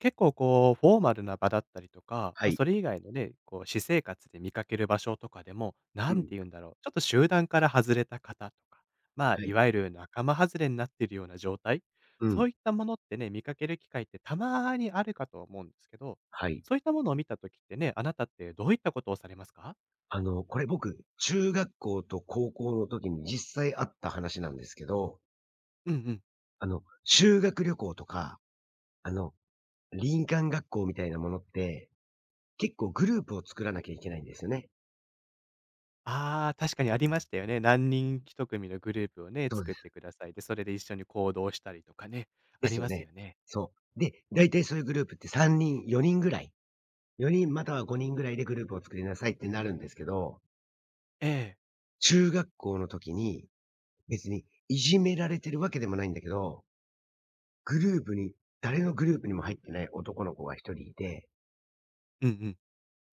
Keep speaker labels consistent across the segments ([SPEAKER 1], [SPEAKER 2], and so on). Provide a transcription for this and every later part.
[SPEAKER 1] 結構こう、フォーマルな場だったりとか、
[SPEAKER 2] は
[SPEAKER 1] まあ、
[SPEAKER 2] い。
[SPEAKER 1] それ以外のね、こう私生活で見かける場所とかでも、
[SPEAKER 2] う
[SPEAKER 1] なん
[SPEAKER 2] ん。
[SPEAKER 1] て言うんだろう、ちょっと集団から外れた方とか、まあ、
[SPEAKER 2] は
[SPEAKER 1] い
[SPEAKER 2] い。
[SPEAKER 1] わゆる仲間外れになっているような状態、
[SPEAKER 2] う
[SPEAKER 1] そ
[SPEAKER 2] ん。
[SPEAKER 1] ういったものってね、見かける機会ってたまにあるかと思うんですけど、
[SPEAKER 2] はい。
[SPEAKER 1] そういったものを見たときってね、あなたってどういったことをされますか？
[SPEAKER 2] これ僕、中学校と高校の時に実際あった話なんですけど、
[SPEAKER 1] うんうん。
[SPEAKER 2] あの、修学旅行とか、あの、林間学校みたいなものって、結構グループを作らなきゃいけないんですよね。
[SPEAKER 1] ああ、確かにありましたよね。何人一組のグループをね、
[SPEAKER 2] そうで
[SPEAKER 1] 作っ
[SPEAKER 2] す。
[SPEAKER 1] てください。で、それで一緒に行動したりとかね、
[SPEAKER 2] で
[SPEAKER 1] あ
[SPEAKER 2] す
[SPEAKER 1] り
[SPEAKER 2] よ
[SPEAKER 1] ます
[SPEAKER 2] ね。
[SPEAKER 1] よね。
[SPEAKER 2] そう。で、大体そういうグループって3人、4人ぐらい、4人または5人ぐらいでグループを作りなさいってなるんですけど、
[SPEAKER 1] ええ。
[SPEAKER 2] 中学校の時に、別にいじめられてるわけでもないんだけど、グループに、誰のグループにも入ってない男の子が一人いて、
[SPEAKER 1] うんうん。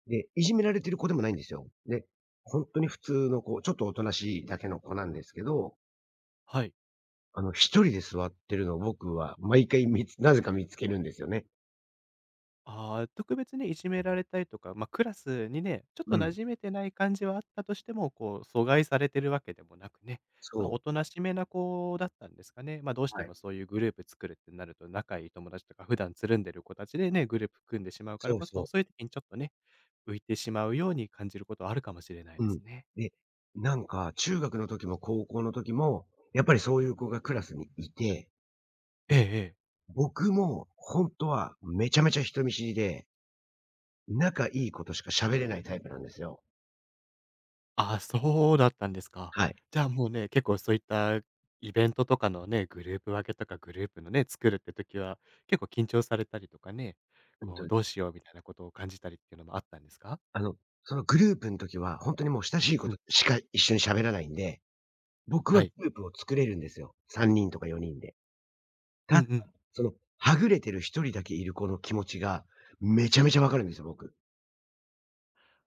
[SPEAKER 2] で、いじめられてる子でもないんですよ。で、ほんとに普通の子、ちょっとおとなしいだけの子なんですけど、
[SPEAKER 1] はい。
[SPEAKER 2] 一人で座ってるのを僕は毎回なぜか見つけるんですよね。
[SPEAKER 1] ああ、特別ね、いじめられたりとか、まあ、クラスにね、ちょっと
[SPEAKER 2] う
[SPEAKER 1] 馴
[SPEAKER 2] ん。
[SPEAKER 1] 染めてない感じはあったとしても、こう、阻害されてるわけでもなくね、まあ、
[SPEAKER 2] そ
[SPEAKER 1] お
[SPEAKER 2] う。
[SPEAKER 1] となしめな子だったんですかね。まあ、どうし
[SPEAKER 2] は
[SPEAKER 1] て
[SPEAKER 2] い。
[SPEAKER 1] もそういうグループ作るってなると、仲いい友達とか普段つるんでる子たちでね、グループ組んでしまうから
[SPEAKER 2] そう
[SPEAKER 1] こそ、
[SPEAKER 2] そ
[SPEAKER 1] そういう時にちょっとね、浮いてしまうように感じることはあるかもしれない
[SPEAKER 2] う。
[SPEAKER 1] で
[SPEAKER 2] うん。
[SPEAKER 1] すね。
[SPEAKER 2] で、なんか中学の時も高校の時も、やっぱりそういう子がクラスにいて、
[SPEAKER 1] ええええ。
[SPEAKER 2] 僕もほんとはめちゃめちゃ人見知りで、仲いい子としか喋れないタイプなんですよ。
[SPEAKER 1] ああ、そうだったんですか。
[SPEAKER 2] はい。
[SPEAKER 1] じゃあ、もうね、結構そういったイベントとかのね、グループ分けとかグループのね、作るって時は、結構緊張されたりとかね、
[SPEAKER 2] うん
[SPEAKER 1] こ
[SPEAKER 2] と
[SPEAKER 1] う、どうしようみたいなことを感じたりっていうのもあったんですか？
[SPEAKER 2] あの、そのグループの時は、本当にもう親しいこ
[SPEAKER 1] う
[SPEAKER 2] と
[SPEAKER 1] ん、
[SPEAKER 2] しか一緒に喋らないんで、僕
[SPEAKER 1] は
[SPEAKER 2] は
[SPEAKER 1] い。
[SPEAKER 2] グループを作れるんですよ。3人とか4人で。た
[SPEAKER 1] うん
[SPEAKER 2] だ、
[SPEAKER 1] うん。
[SPEAKER 2] その、はぐれてる1人だけいる子の気持ちが、めちゃめちゃわかるんですよ、僕。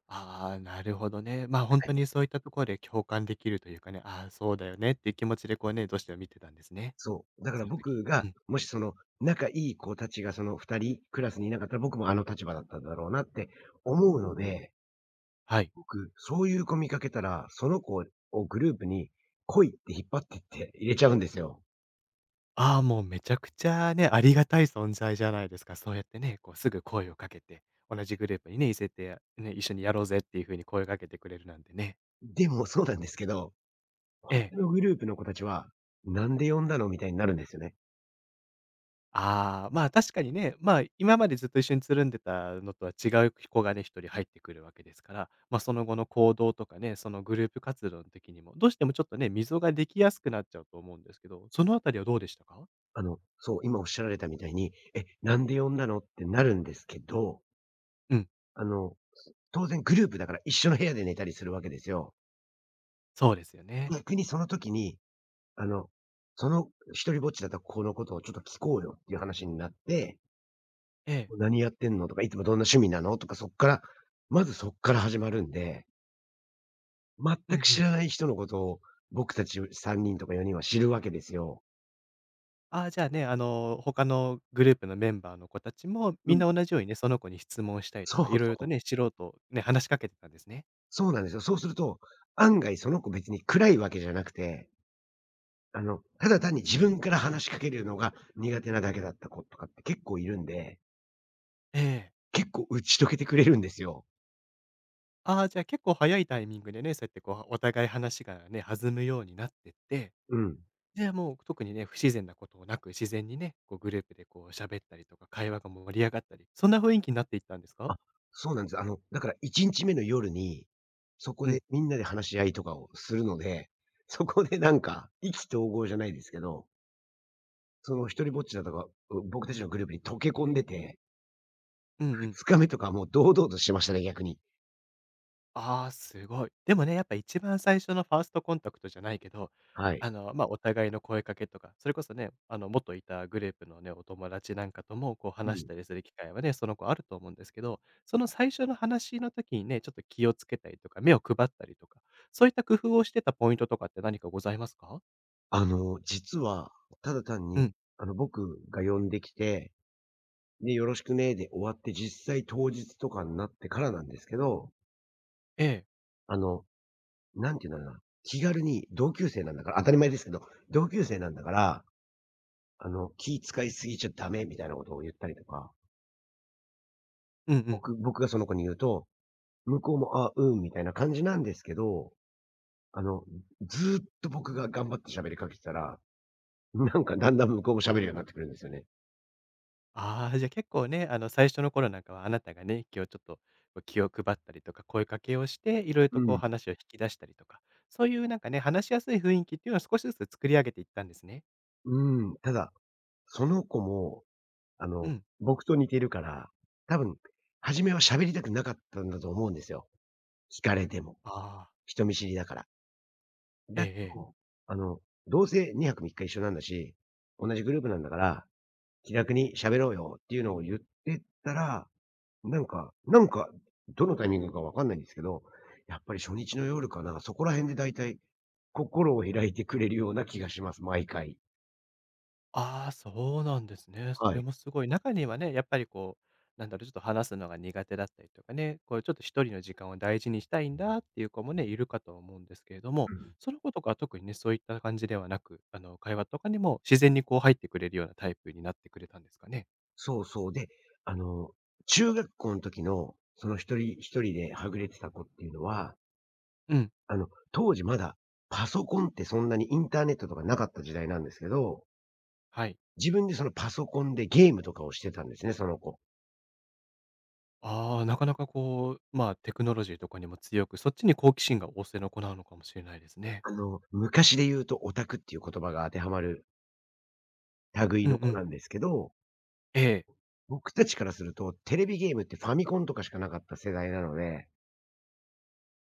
[SPEAKER 1] ああ、なるほどね。まあ、本
[SPEAKER 2] は
[SPEAKER 1] 当
[SPEAKER 2] い。
[SPEAKER 1] にそういったところで共感できるというかね、ああ、そうだよねっていう気持ちでこうね、どうしても見てたんですね。
[SPEAKER 2] そう。だから
[SPEAKER 1] その
[SPEAKER 2] 僕
[SPEAKER 1] 時。
[SPEAKER 2] が、
[SPEAKER 1] うん、
[SPEAKER 2] もし仲いい子たちがその2人、クラスにいなかったら、僕もあの立場だったんだろうなって思うので、
[SPEAKER 1] はい。
[SPEAKER 2] 僕、そういう子見かけたら、その子をグループに来いって引っ張ってって入れちゃうんですよ。
[SPEAKER 1] ああ、もうめちゃくちゃね、ありがたい存在じゃないですか。そうやってね、こうすぐ声をかけて、同じグループにね、いせて、ね、一緒にやろうぜっていう風に声をかけてくれるなんてね。
[SPEAKER 2] でも、そうなんですけど
[SPEAKER 1] え
[SPEAKER 2] 他
[SPEAKER 1] え。
[SPEAKER 2] のグループの子たちは、「なんで呼んだの？」みたいになるんですよね。
[SPEAKER 1] ああ、まあ、確かにね、まあ、今までずっと一緒につるんでたのとは違う子がね、一人入ってくるわけですから、ま、あその後の行動とかね、そのグループ活動の時にも、どうしてもちょっとね、溝ができやすくなっちゃうと思うんですけど、そのあたりはどうでしたか？
[SPEAKER 2] そう、今おっしゃられたみたいに、「え、なんで呼んだの？」ってなるんですけど、
[SPEAKER 1] うん、
[SPEAKER 2] あの、当然グループだから一緒の部屋で寝たりするわけですよ。
[SPEAKER 1] そうですよね。
[SPEAKER 2] 逆にその時に、あの、その一人ぼっちだった子のことをちょっと聞こうよっていう話になって、
[SPEAKER 1] ええ。
[SPEAKER 2] 「何やってんの？」とか、「いつもどんな趣味なの？」とか、そっから、まずそっから始まるんで、全
[SPEAKER 1] うんう
[SPEAKER 2] く知
[SPEAKER 1] ん。
[SPEAKER 2] らない人のことを僕たち3人とか4人は知るわけですよ。
[SPEAKER 1] ああ、じゃあね、他のグループのメンバーの子たちも、
[SPEAKER 2] う
[SPEAKER 1] みん
[SPEAKER 2] ん。
[SPEAKER 1] な同じようにね、その子に質問したりと
[SPEAKER 2] そう
[SPEAKER 1] か、いろい
[SPEAKER 2] そ
[SPEAKER 1] ろ
[SPEAKER 2] う。
[SPEAKER 1] とね、素人、ね、話しかけてたんですね。
[SPEAKER 2] そうなんですよ。そうすると、案外その子別に暗いわけじゃなくて、ただ単に自分から話しかけるのが苦手なだけだった子とかって結構いるんで、
[SPEAKER 1] ええ。
[SPEAKER 2] 結構打ち解けてくれるんですよ。
[SPEAKER 1] ああ、じゃあ結構早いタイミングでね、そうやってこう、お互い話がね、弾むようになってって、
[SPEAKER 2] うん。
[SPEAKER 1] で、もう特にね、不自然なことなく自然にね、こうグループでこう喋ったりとか、会話が盛り上がったり、そんな雰囲気になっていったんですか？
[SPEAKER 2] あ、そうなんです。あの、だから1日目の夜に、そこ
[SPEAKER 1] う
[SPEAKER 2] で
[SPEAKER 1] ん。
[SPEAKER 2] みんなで話し合いとかをするので、そこでなんか、意気投合じゃないですけど、その一人ぼっちだとか、僕たちのグループに溶け込んでて、
[SPEAKER 1] うんうん。
[SPEAKER 2] 2日目とかはもう堂々としてましたね、逆に。
[SPEAKER 1] ああ、すごい。でもね、やっぱ一番最初のファーストコンタクトじゃないけど、
[SPEAKER 2] はい。
[SPEAKER 1] まあ、お互いの声かけとか、それこそね、元いたグループのね、お友達なんかとも、こう
[SPEAKER 2] う
[SPEAKER 1] 話し
[SPEAKER 2] ん。
[SPEAKER 1] たりする機会はね、その子あると思うんですけど、その最初の話の時にね、ちょっと気をつけたりとか、目を配ったりとか、そういった工夫をしてたポイントとかって何かございますか？
[SPEAKER 2] 実は、ただ単
[SPEAKER 1] う
[SPEAKER 2] に、
[SPEAKER 1] ん。
[SPEAKER 2] 僕が呼んできて、で、よろしくねで終わって、実際当日とかになってからなんですけど、
[SPEAKER 1] ええ。
[SPEAKER 2] あの、なんていうんだろうな、気軽に同級生なんだから、当たり前ですけど、同級生なんだから、気使いすぎちゃダメみたいなことを言ったりとか、
[SPEAKER 1] うんうん。
[SPEAKER 2] 僕がその子に言うと、向こうも、あ、うん、みたいな感じなんですけど、あの、ずーっと僕が頑張って喋りかけてたら、なんかだんだん向こうも喋るようになってくるんですよね。
[SPEAKER 1] ああ、じゃ、結構ね、最初の頃なんかはあなたがね、気をちょっと、こう、気を配ったりとか、声かけをして、色々
[SPEAKER 2] う
[SPEAKER 1] とこう
[SPEAKER 2] ん、
[SPEAKER 1] 話を引き出したりとか、そういうなんかね、話しやすい雰囲気っていうのを少しずつ作り上げていったんですね。
[SPEAKER 2] うん。ただその子も、あ
[SPEAKER 1] う
[SPEAKER 2] の、
[SPEAKER 1] ん。
[SPEAKER 2] 僕と似てるから、多分、初めは喋りたくなかったんだと思うんですよ。聞かれても。
[SPEAKER 1] ああ、
[SPEAKER 2] 人見知りだから。
[SPEAKER 1] え
[SPEAKER 2] だけ
[SPEAKER 1] えええ。
[SPEAKER 2] ど、あの、どうせ2泊3日一緒なんだし、同じグループなんだから、気楽に喋ろうよっていうのを言ってったら、なんか、どのタイミングかわかんないんですけど、やっぱり初日の夜かな、そこら辺でだいたい心を開いてくれるような気がします、毎回。
[SPEAKER 1] ああ、そうなんですね。そ
[SPEAKER 2] は
[SPEAKER 1] れ
[SPEAKER 2] い。
[SPEAKER 1] もすごい。中にはね、やっぱりこう、なんだろう、ちょっと話すのが苦手だったりとかね、こうちょっと一人の時間を大事にしたいんだっていう子もね、いるかと思うんですけれど
[SPEAKER 2] う
[SPEAKER 1] も、
[SPEAKER 2] ん。
[SPEAKER 1] その子とかは特にね、そういった感じではなく、会話とかにも自然にこう入ってくれるようなタイプになってくれたんですかね。
[SPEAKER 2] そうそう。で、あの、中学校の時の、その一人一人ではぐれてた子っていうのは、
[SPEAKER 1] うん。
[SPEAKER 2] 当時まだパソコンってそんなにインターネットとかなかった時代なんですけど、
[SPEAKER 1] はい。
[SPEAKER 2] 自分でそのパソコンでゲームとかをしてたんですね、その子。
[SPEAKER 1] ああ、なかなかこう、まあ、テクノロジーとかにも強く、そっちに好奇心が旺盛な子なのかもしれないですね。
[SPEAKER 2] あの、昔で言うとオタクっていう言葉が当てはまる類
[SPEAKER 1] うん
[SPEAKER 2] の
[SPEAKER 1] う
[SPEAKER 2] 子
[SPEAKER 1] ん。
[SPEAKER 2] なんですけど、
[SPEAKER 1] ええ。
[SPEAKER 2] 僕たちからするとテレビゲームってファミコンとかしかなかった世代なので、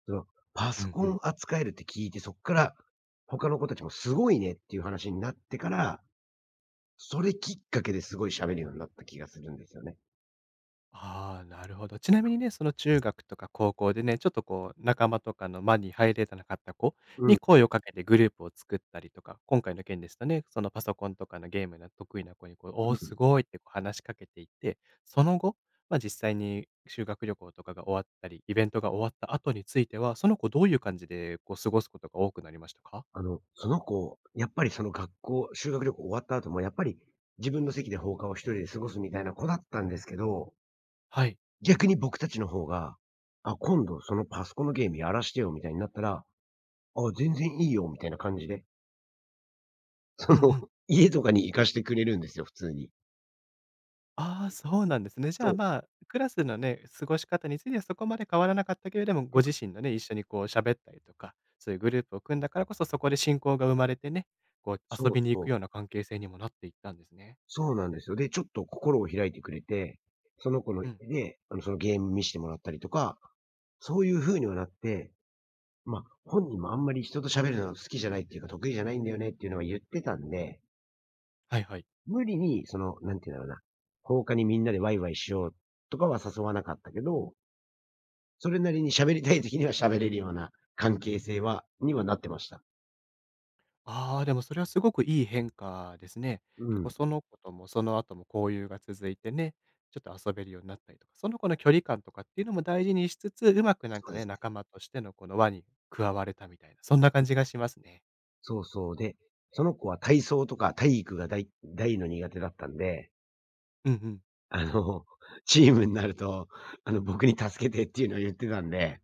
[SPEAKER 2] そのパ
[SPEAKER 1] う
[SPEAKER 2] ソ
[SPEAKER 1] ん
[SPEAKER 2] コ
[SPEAKER 1] う
[SPEAKER 2] ン
[SPEAKER 1] ん。
[SPEAKER 2] 扱えるって聞いて、そっから他の子たちもすごいねっていう話になってから、それきっかけですごい喋るようになった気がするんですよね。
[SPEAKER 1] ああ、なるほど。ちなみにね、その中学とか高校でね、ちょっとこう仲間とかの間に入れてなかった子
[SPEAKER 2] うん、う
[SPEAKER 1] に
[SPEAKER 2] ん。
[SPEAKER 1] 声をかけてグループを作ったりとか、今回の件ですとね、そのパソコンとかのゲームが得意な子にこう、おお、すごいってこう話しかけていって、その後、ま、実際に修学旅行とかが終わったり、イベントが終わった後については、その子どういう感じでこう過ごすことが多くなりましたか？
[SPEAKER 2] その子、やっぱりその学校、修学旅行終わった後もやっぱり自分の席で放課を一人で過ごすみたいな子だったんですけど、
[SPEAKER 1] はい。
[SPEAKER 2] 逆に僕たちの方が、あ、今度そのパソコンのゲームやらしてよみたいになったら、あ、全然いいよみたいな感じで、そ
[SPEAKER 1] うん
[SPEAKER 2] の、
[SPEAKER 1] うん。
[SPEAKER 2] 家とかに行かしてくれるんですよ、普通に。
[SPEAKER 1] ああ、そうなんですね。じゃ
[SPEAKER 2] そ
[SPEAKER 1] あ、
[SPEAKER 2] う、
[SPEAKER 1] まあ、クラスのね、過ごし方についてはそこまで変わらなかったけれども、ご自身のね、一緒にこう喋ったりとか、そういうグループを組んだからこそ、そこで親交が生まれてね、こう遊
[SPEAKER 2] そう
[SPEAKER 1] びに行
[SPEAKER 2] そう。
[SPEAKER 1] くような関係性にもなっていったんですね。
[SPEAKER 2] そうなんですよ。で、ちょっと心を開いてくれて、その子の
[SPEAKER 1] う
[SPEAKER 2] 家
[SPEAKER 1] ん。
[SPEAKER 2] で、そのゲーム見してもらったりとかそういう風にはなって、まあ、本人もあんまり人と喋るのが好きじゃないっていうか、得意じゃないんだよねっていうのは言ってたんで、
[SPEAKER 1] はいはい。
[SPEAKER 2] 無理になんて言うんだろうな、放課にみんなでワイワイしようとかは誘わなかったけど、それなりに喋りたい時には喋れるような関係性ははなってました。
[SPEAKER 1] ああ、でもそれはすごくいい変化ですね。
[SPEAKER 2] う
[SPEAKER 1] 結構
[SPEAKER 2] ん。
[SPEAKER 1] その子ともその後も交友が続いてね、ちょっと遊べるようになったりとか、その子の距離感とかっていうのも大事にしつつ、うまくなん
[SPEAKER 2] そう
[SPEAKER 1] か
[SPEAKER 2] で
[SPEAKER 1] ね、
[SPEAKER 2] すね。
[SPEAKER 1] 仲間としてのこの輪に加われたみたいな、そんな感じがしますね。
[SPEAKER 2] そうそう。で、その子は体操とか体育が大大の苦手だったんで、
[SPEAKER 1] うんうん。
[SPEAKER 2] あの、チームになると、僕に助けてっていうのを言ってたんで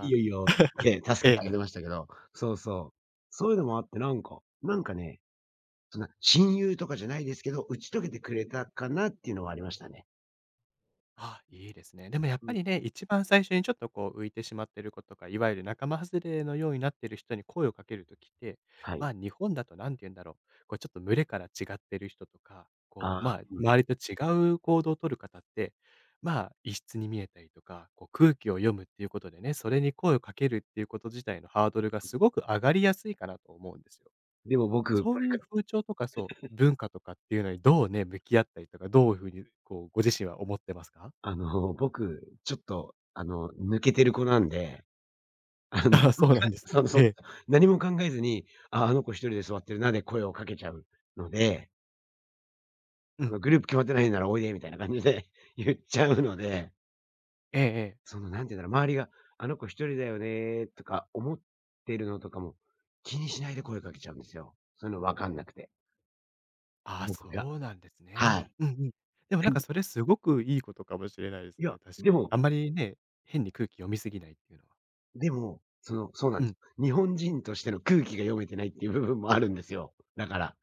[SPEAKER 2] いい
[SPEAKER 1] あ、
[SPEAKER 2] よいいよって
[SPEAKER 1] え
[SPEAKER 2] 助けて
[SPEAKER 1] え。
[SPEAKER 2] あげましたけど、そうそう。そういうのもあって、なんかね、そんな親友とかじゃないですけど、打ち解けてくれたかなっていうのはありましたね。
[SPEAKER 1] あ、いいですね。でもやっ
[SPEAKER 2] う
[SPEAKER 1] ぱ
[SPEAKER 2] ん。
[SPEAKER 1] りね、一番最初にちょっとこう浮いてしまってる子とか、いわゆる仲間外れのようになってる人に声をかけるときって、
[SPEAKER 2] はい。
[SPEAKER 1] まあ、日本だと何て言うんだろう、こうちょっと群れから違ってる人とか、こう、
[SPEAKER 2] ああ、
[SPEAKER 1] まあ、
[SPEAKER 2] うん。
[SPEAKER 1] 周りと違う行動を取る方って、まあ、異質に見えたりとか、こう空気を読むっていうことでね、それに声をかけるっていうこと自体のハードルがすごく上がりやすいかなと思うんですよ。
[SPEAKER 2] でも僕、
[SPEAKER 1] そ
[SPEAKER 2] こ
[SPEAKER 1] う
[SPEAKER 2] れ
[SPEAKER 1] い
[SPEAKER 2] か
[SPEAKER 1] う風潮とか、そう、文化とかっていうのにどうね、向き合ったりとか、どういうふうにこう、ご自身は思ってますか？
[SPEAKER 2] 僕、ちょっと、抜けてる子なんで、何
[SPEAKER 1] ああ、そ
[SPEAKER 2] も
[SPEAKER 1] うな
[SPEAKER 2] か
[SPEAKER 1] んですか。
[SPEAKER 2] そうそう。
[SPEAKER 1] ええ。
[SPEAKER 2] 何も考えずに、ああ、の子一人で座ってるなで声をかけちゃうので、
[SPEAKER 1] うん。
[SPEAKER 2] グループ決まってないならおいでみたいな感じで 言っちゃうので
[SPEAKER 1] ええええ。
[SPEAKER 2] なんて言うんだろう、周りが、あの子一人だよねとか思ってるのとかも、気にしないで声かけちゃうんですよ。そういうの分かんなくて、
[SPEAKER 1] ああ、
[SPEAKER 2] 僕が。
[SPEAKER 1] そうなんです
[SPEAKER 2] は
[SPEAKER 1] ね。
[SPEAKER 2] い。
[SPEAKER 1] うんうん。でもなんか それすごくいいことかもしれないです
[SPEAKER 2] いや、
[SPEAKER 1] ね、確
[SPEAKER 2] で
[SPEAKER 1] かに。
[SPEAKER 2] も
[SPEAKER 1] あんまりね、変に空気読みすぎないっていうのは。
[SPEAKER 2] でも、その、そうなん
[SPEAKER 1] う
[SPEAKER 2] です
[SPEAKER 1] ん。
[SPEAKER 2] よ。日本人としての空気が読めてないっていう部分もあるんですよ。だから、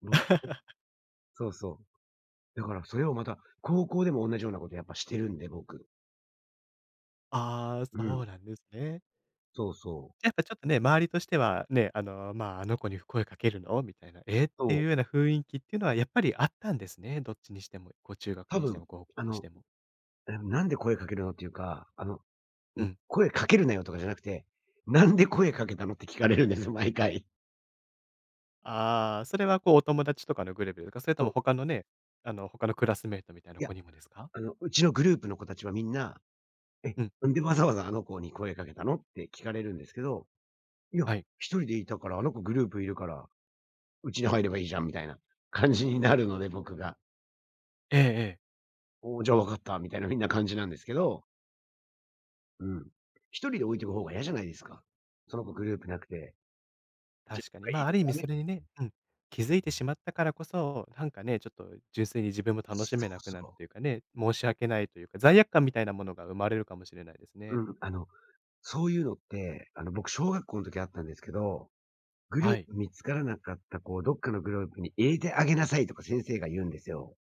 [SPEAKER 2] 僕 そうそう。だからそれをまた、高校でも同じようなことやっぱしてるんで、僕。
[SPEAKER 1] ああ、
[SPEAKER 2] うん。
[SPEAKER 1] そうなんですね。
[SPEAKER 2] そうそう。
[SPEAKER 1] やっぱちょっとね、周りとしてはね、まあ、あの子に声かけるの？みたいな、ええって
[SPEAKER 2] そ
[SPEAKER 1] いうよう
[SPEAKER 2] う、
[SPEAKER 1] な雰囲気っていうのはやっぱりあったんですね、どっちにしても、こう中学
[SPEAKER 2] 多
[SPEAKER 1] にして
[SPEAKER 2] 分、
[SPEAKER 1] も高校
[SPEAKER 2] あ
[SPEAKER 1] にし
[SPEAKER 2] の、
[SPEAKER 1] ても。
[SPEAKER 2] なんで声かけるのっていうか、
[SPEAKER 1] うん。
[SPEAKER 2] 声かけるなよとかじゃなくて、なんで声かけたのって聞かれるんですよ、毎回。
[SPEAKER 1] ああ、それはこうお友達とかのグループとか、それと
[SPEAKER 2] そ
[SPEAKER 1] も
[SPEAKER 2] う。
[SPEAKER 1] 他のね、他のクラスメイトみたい
[SPEAKER 2] い
[SPEAKER 1] な
[SPEAKER 2] や、
[SPEAKER 1] 子にもですか？
[SPEAKER 2] あの、うちのグループの子たちはみんな、え、
[SPEAKER 1] うん、
[SPEAKER 2] なんでわざわざあの子に声かけたのって聞かれるんですけど、いや、
[SPEAKER 1] はい。
[SPEAKER 2] 一人でいたから、あの子グループいるから、うちに入ればいいじゃんみたいな 感じになるので、僕が。
[SPEAKER 1] ええええ。
[SPEAKER 2] おお、じゃあわかったみたいな、みんな感じなんですけど、うん。一人で置いとく方が嫌じゃないですか。その子グループなくて。じゃ、
[SPEAKER 1] 確かに、
[SPEAKER 2] あい
[SPEAKER 1] まあ、あ
[SPEAKER 2] る
[SPEAKER 1] る意
[SPEAKER 2] た
[SPEAKER 1] 味そ
[SPEAKER 2] め
[SPEAKER 1] れにね、うん、気づいてしまったからこそ、なんかね、ちょっと純粋に自分も楽
[SPEAKER 2] そ
[SPEAKER 1] しめ
[SPEAKER 2] う
[SPEAKER 1] なくなる
[SPEAKER 2] そ
[SPEAKER 1] というかね、申し訳ないというか、罪悪感みたいなものが生まれるかもしれないです
[SPEAKER 2] う。う
[SPEAKER 1] ね。
[SPEAKER 2] ん、あの、そういうのって、あの、僕、小学校の時あったんですけど、グルー
[SPEAKER 1] はい。
[SPEAKER 2] プ見つからなかった、こう、どっかのグループに入れてあげなさいとか先生が言うんですよ。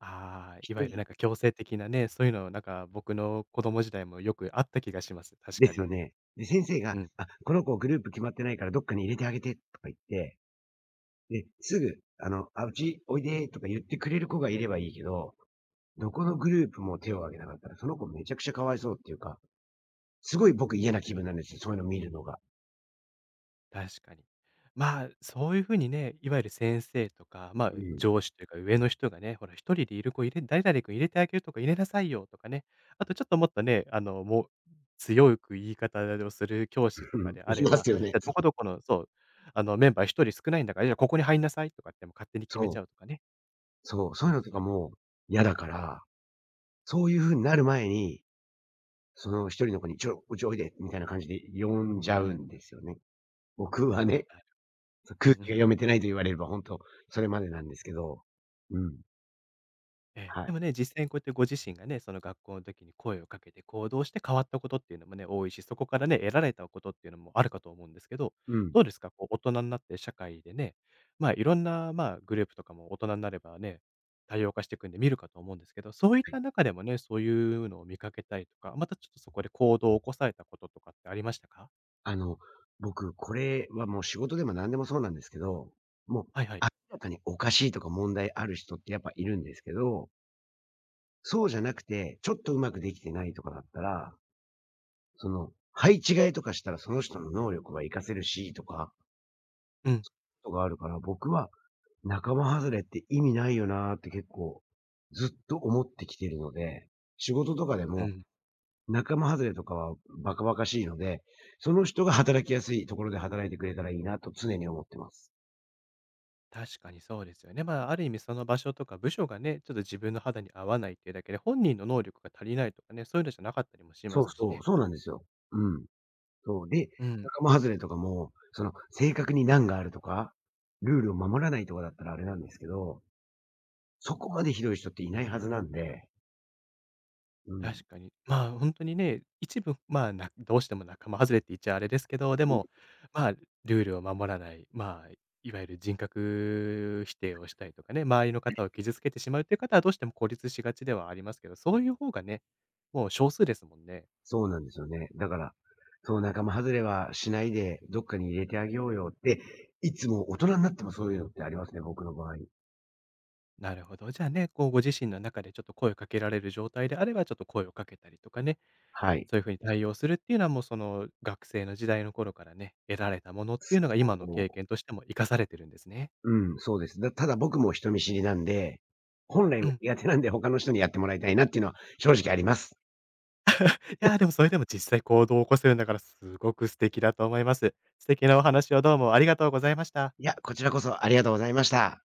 [SPEAKER 1] ああ、
[SPEAKER 2] 一
[SPEAKER 1] いわゆる
[SPEAKER 2] 人
[SPEAKER 1] なんか強制的なね、そういうのなんか僕の子供時代もよくあった気がします。確
[SPEAKER 2] で
[SPEAKER 1] か
[SPEAKER 2] す
[SPEAKER 1] に。
[SPEAKER 2] よね。で、先生が、
[SPEAKER 1] うん。
[SPEAKER 2] あ、この子グループ決まってないからどっかに入れてあげてとか言って、で、すぐ、あの、あ、うちおいでとか言ってくれる子がいればいいけど、どこのグループも手を挙げなかったら、その子めちゃくちゃかわいそうっていうか、すごい僕嫌な気分なんですよ、そういうの見るのが。
[SPEAKER 1] 確かに。まあ、そういう風にね、いわゆる先生とか、まあ、
[SPEAKER 2] うん。
[SPEAKER 1] 上司というか上の人がね、ほら一人でいる子入れ誰々君入れてあげるとか入れなさいよとかね、あとちょっともっとね、もう強く言い方をする教師 と
[SPEAKER 2] う
[SPEAKER 1] か
[SPEAKER 2] ん。
[SPEAKER 1] であ
[SPEAKER 2] い
[SPEAKER 1] れ
[SPEAKER 2] ま
[SPEAKER 1] ば、
[SPEAKER 2] すよね。
[SPEAKER 1] じゃあ、
[SPEAKER 2] そ
[SPEAKER 1] ど
[SPEAKER 2] う。
[SPEAKER 1] こどこのそう、メンバー一人少ないんだから、じゃあここに入んなさいとかっても勝手に決めちゃうとかね。
[SPEAKER 2] そう。そうい
[SPEAKER 1] そ
[SPEAKER 2] う
[SPEAKER 1] う
[SPEAKER 2] のと
[SPEAKER 1] そ
[SPEAKER 2] か
[SPEAKER 1] う。
[SPEAKER 2] も嫌だから、そういう風になる前に、その一人の子に、ちょ、こっちおいで、みたいな感じで呼んじゃうんですよね。僕はね、
[SPEAKER 1] ある。
[SPEAKER 2] そ、
[SPEAKER 1] うん
[SPEAKER 2] 空
[SPEAKER 1] う
[SPEAKER 2] 気が
[SPEAKER 1] ん。
[SPEAKER 2] 読めてないと言われれば、ほんとそれまでなんですけど。うん、
[SPEAKER 1] ええ、
[SPEAKER 2] は
[SPEAKER 1] で
[SPEAKER 2] い。
[SPEAKER 1] もね、実際にこうやってご自身がね、その学校の時に声をかけて行動して変わったことっていうのもね、多いし、そこからね、得られたことっていうのもあるかと思うんですけど、
[SPEAKER 2] うん、はい。
[SPEAKER 1] どうですか？こう、大人になって社会でね、まあ、いろんな、まあ、グループとかも大人になればね、多様化していくんで見るかと思うんですけど、そういった中でもね、そういうのを見かけたりとか、またちょっとそこで行動を起こされたこととかってありましたか？
[SPEAKER 2] あの、僕、これはもう仕事でも何でもそうなんですけど、もう
[SPEAKER 1] はいはい。
[SPEAKER 2] 明らかにおかしいとか問題ある人ってやっぱいるんですけど、そうじゃなくて、ちょっとうまくできてないとかだったら、その、配置換えとかしたらその人の能力は活かせるしとか、
[SPEAKER 1] うん、
[SPEAKER 2] とがあるから、僕は仲間外れって意味ないよなーって結構、ずっと思ってきてるので、仕事とかで
[SPEAKER 1] う
[SPEAKER 2] も
[SPEAKER 1] ん。
[SPEAKER 2] 仲間外れとかはバカバカしいので、その人が働きやすいところで働いてくれたらいいなと常に思ってます。
[SPEAKER 1] 確かにそうですよね。まあ、ある意味その場所とか部署がね、ちょっと自分の肌に合わないっていうだけで、本人の能力が足りないとかね、そういうのじゃなかったりもしま
[SPEAKER 2] そう
[SPEAKER 1] すし
[SPEAKER 2] そう、
[SPEAKER 1] ね。
[SPEAKER 2] そうなんですよ。うん。そう。で、
[SPEAKER 1] うん、
[SPEAKER 2] 仲間外れとかも、その正確に難があるとか、ルールを守らないとかだったらあれなんですけど、そこまでひどい人っていないはずなんで、うん。
[SPEAKER 1] 確かに。まあ、本当にね、一部、まあ、などうしても仲間外れって言っちゃあれですけど、でも、まあ、ルールを守らない、まあ、いわゆる人格否定をしたりとかね、周りの方を傷つけてしまうっていう方はどうしても孤立しがちではありますけど、そういう方がね、もう少数ですもんね。
[SPEAKER 2] そうなんですよね。だから、そう、仲間外れはしないで、どっかに入れてあげようよって、いつも大人になってもそういうのってありますね、僕の場合。
[SPEAKER 1] なるほど。じゃあね、こうご自身の中でちょっと声をかけられる状態であれば、ちょっと声をかけたりとかね、
[SPEAKER 2] はい。
[SPEAKER 1] そういう風に対応するっていうのはもうその学生の時代の頃からね、得られたものっていうのが今の経
[SPEAKER 2] こ
[SPEAKER 1] 験としても活かされてるんですね。
[SPEAKER 2] う、うん、そうです。だただ僕も人見知りなんで、本来
[SPEAKER 1] う
[SPEAKER 2] は
[SPEAKER 1] ん。
[SPEAKER 2] 苦手なんで他の人にやってもらいたいなっていうのは正直あります。
[SPEAKER 1] いやー、でもそれでも実際行動を起こせるんだからすごく素敵だと思います。素敵なお話をどうもありがとうございました。
[SPEAKER 2] いや、こちらこそありがとうございました。